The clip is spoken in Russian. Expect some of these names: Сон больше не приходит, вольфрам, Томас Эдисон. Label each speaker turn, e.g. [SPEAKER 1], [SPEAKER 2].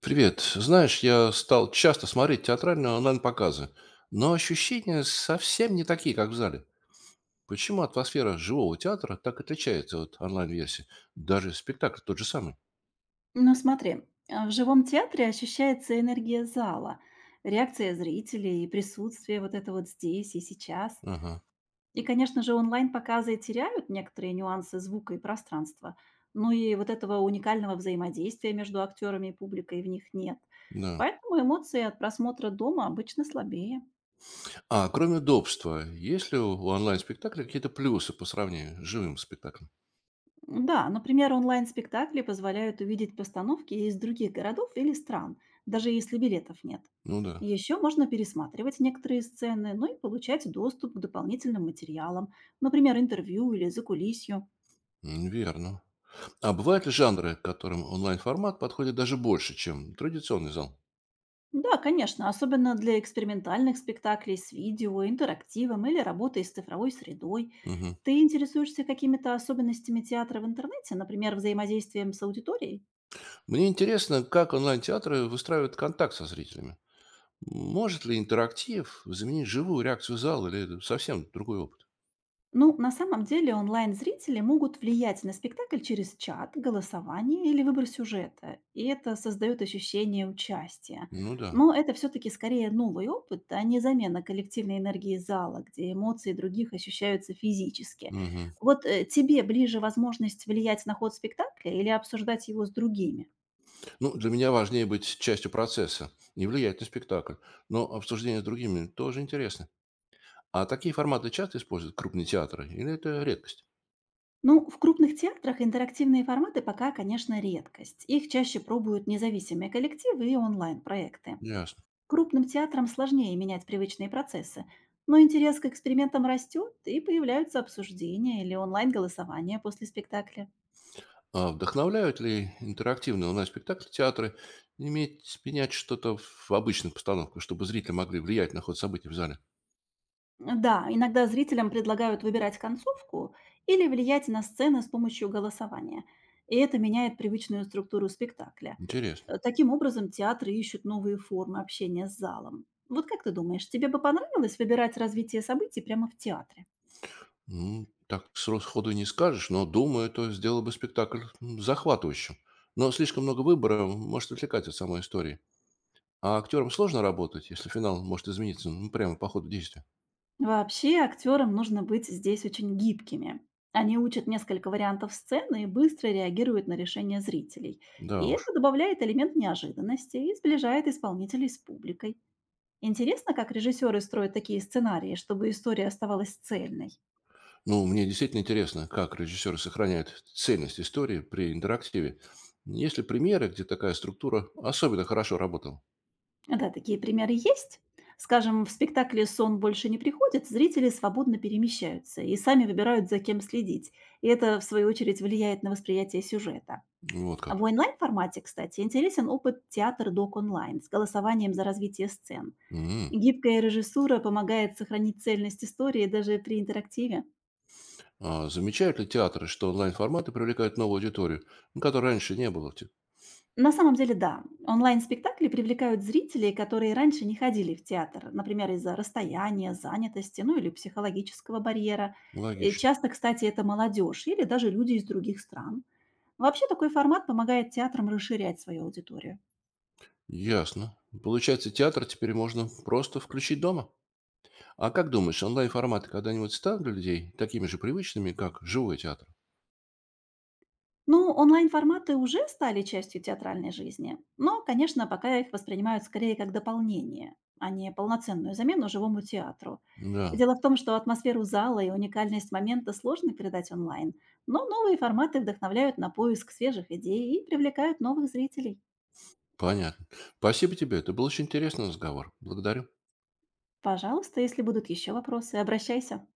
[SPEAKER 1] Привет. Знаешь, я стал часто смотреть театральные онлайн-показы, но ощущения совсем не такие, как в зале. Почему атмосфера живого театра так отличается от онлайн-версии? Даже спектакль тот же самый.
[SPEAKER 2] Ну смотри, в живом театре ощущается энергия зала, реакция зрителей и присутствие вот это вот здесь и сейчас.
[SPEAKER 1] Ага,
[SPEAKER 2] И, конечно же, онлайн-показы теряют некоторые нюансы звука и пространства. Ну и вот этого уникального взаимодействия между актерами и публикой в них нет.
[SPEAKER 1] да.
[SPEAKER 2] Поэтому эмоции от просмотра дома обычно слабее.
[SPEAKER 1] А кроме удобства, есть ли у онлайн-спектакля какие-то плюсы по сравнению с живым спектаклем?
[SPEAKER 2] Да, например, онлайн-спектакли позволяют увидеть постановки из других городов или стран, даже если билетов нет.
[SPEAKER 1] Ну да,
[SPEAKER 2] Еще можно пересматривать некоторые сцены, ну и получать доступ к дополнительным материалам, например, интервью или закулисью.
[SPEAKER 1] верно. А бывают ли жанры, которым онлайн-формат подходит даже больше, чем традиционный зал?
[SPEAKER 2] Да, конечно, особенно для экспериментальных спектаклей с видео, интерактивом или работой с цифровой средой.
[SPEAKER 1] Мгм.
[SPEAKER 2] Ты интересуешься какими-то особенностями театра в интернете, например, взаимодействием с аудиторией?
[SPEAKER 1] Мне интересно, как онлайн-театры выстраивают контакт со зрителями. Может ли интерактив заменить живую реакцию зала или это совсем другой опыт?
[SPEAKER 2] Ну, на самом деле онлайн-зрители могут влиять на спектакль через чат, голосование или выбор сюжета, и это создает ощущение участия.
[SPEAKER 1] Ну да.
[SPEAKER 2] Но это все-таки скорее новый опыт, а не замена коллективной энергии зала, где эмоции других ощущаются физически.
[SPEAKER 1] Мгм.
[SPEAKER 2] Вот тебе ближе возможность влиять на ход спектакля или обсуждать его с другими?
[SPEAKER 1] Ну, для меня важнее быть частью процесса, не влиять на спектакль. Но обсуждение с другими тоже интересно. А такие форматы часто используют крупные театры или это редкость?
[SPEAKER 2] Ну, в крупных театрах интерактивные форматы пока, конечно, редкость. Их чаще пробуют независимые коллективы и онлайн-проекты.
[SPEAKER 1] Ясно.
[SPEAKER 2] Крупным театрам сложнее менять привычные процессы, но интерес к экспериментам растет и появляются обсуждения или онлайн-голосования после спектакля.
[SPEAKER 1] А вдохновляют ли интерактивные онлайн-спектакли театры иметь менять что-то в обычных постановках, чтобы зрители могли влиять на ход событий в зале?
[SPEAKER 2] Да, иногда зрителям предлагают выбирать концовку или влиять на сцены с помощью голосования, и это меняет привычную структуру спектакля.
[SPEAKER 1] Интересно.
[SPEAKER 2] Таким образом, театры ищут новые формы общения с залом. Вот как ты думаешь, тебе бы понравилось выбирать развитие событий прямо в театре?
[SPEAKER 1] Ну, так сходу не скажешь, но, думаю, это сделало бы спектакль захватывающим. Но слишком много выбора может отвлекать от самой истории. А актерам сложно работать, если финал может измениться ну, прямо по ходу действия.
[SPEAKER 2] Вообще актерам нужно быть здесь очень гибкими. Они учат несколько вариантов сцены и быстро реагируют на решения зрителей. И
[SPEAKER 1] Да уж.
[SPEAKER 2] это добавляет элемент неожиданности и сближает исполнителей с публикой. Интересно, как режиссеры строят такие сценарии, чтобы история оставалась цельной.
[SPEAKER 1] Ну, мне действительно интересно, как режиссеры сохраняют цельность истории при интерактиве. Есть ли примеры, где такая структура особенно хорошо работала?
[SPEAKER 2] Да, такие примеры есть. Скажем, в спектакле «Сон больше не приходит» зрители свободно перемещаются и сами выбирают, за кем следить. И это, в свою очередь, влияет на восприятие сюжета.
[SPEAKER 1] Вот
[SPEAKER 2] В
[SPEAKER 1] как.
[SPEAKER 2] онлайн-формате, кстати, интересен опыт театр-док онлайн с голосованием за развитие сцен.
[SPEAKER 1] М.
[SPEAKER 2] Гибкая режиссура помогает сохранить цельность истории даже при интерактиве.
[SPEAKER 1] А замечают ли театры, что онлайн-форматы привлекают новую аудиторию, ну, которой раньше не было?
[SPEAKER 2] На самом деле, да, онлайн-спектакли привлекают зрителей, которые раньше не ходили в театр, например, из-за расстояния, занятости, ну или психологического барьера. И
[SPEAKER 1] Логично.
[SPEAKER 2] часто, кстати, это молодежь или даже люди из других стран. Вообще такой формат помогает театрам расширять свою аудиторию.
[SPEAKER 1] Ясно. Получается, театр теперь можно просто включить дома. А как думаешь, онлайн-форматы когда-нибудь станут для людей такими же привычными, как живой театр?
[SPEAKER 2] Ну, онлайн-форматы уже стали частью театральной жизни, но, конечно, пока их воспринимают скорее как дополнение, а не полноценную замену живому театру.
[SPEAKER 1] Да,
[SPEAKER 2] Дело в том, что атмосферу зала и уникальность момента сложно передать онлайн, но новые форматы вдохновляют на поиск свежих идей и привлекают новых зрителей.
[SPEAKER 1] понятно. Спасибо тебе, это был очень интересный разговор. Благодарю.
[SPEAKER 2] Пожалуйста, если будут еще вопросы, обращайся.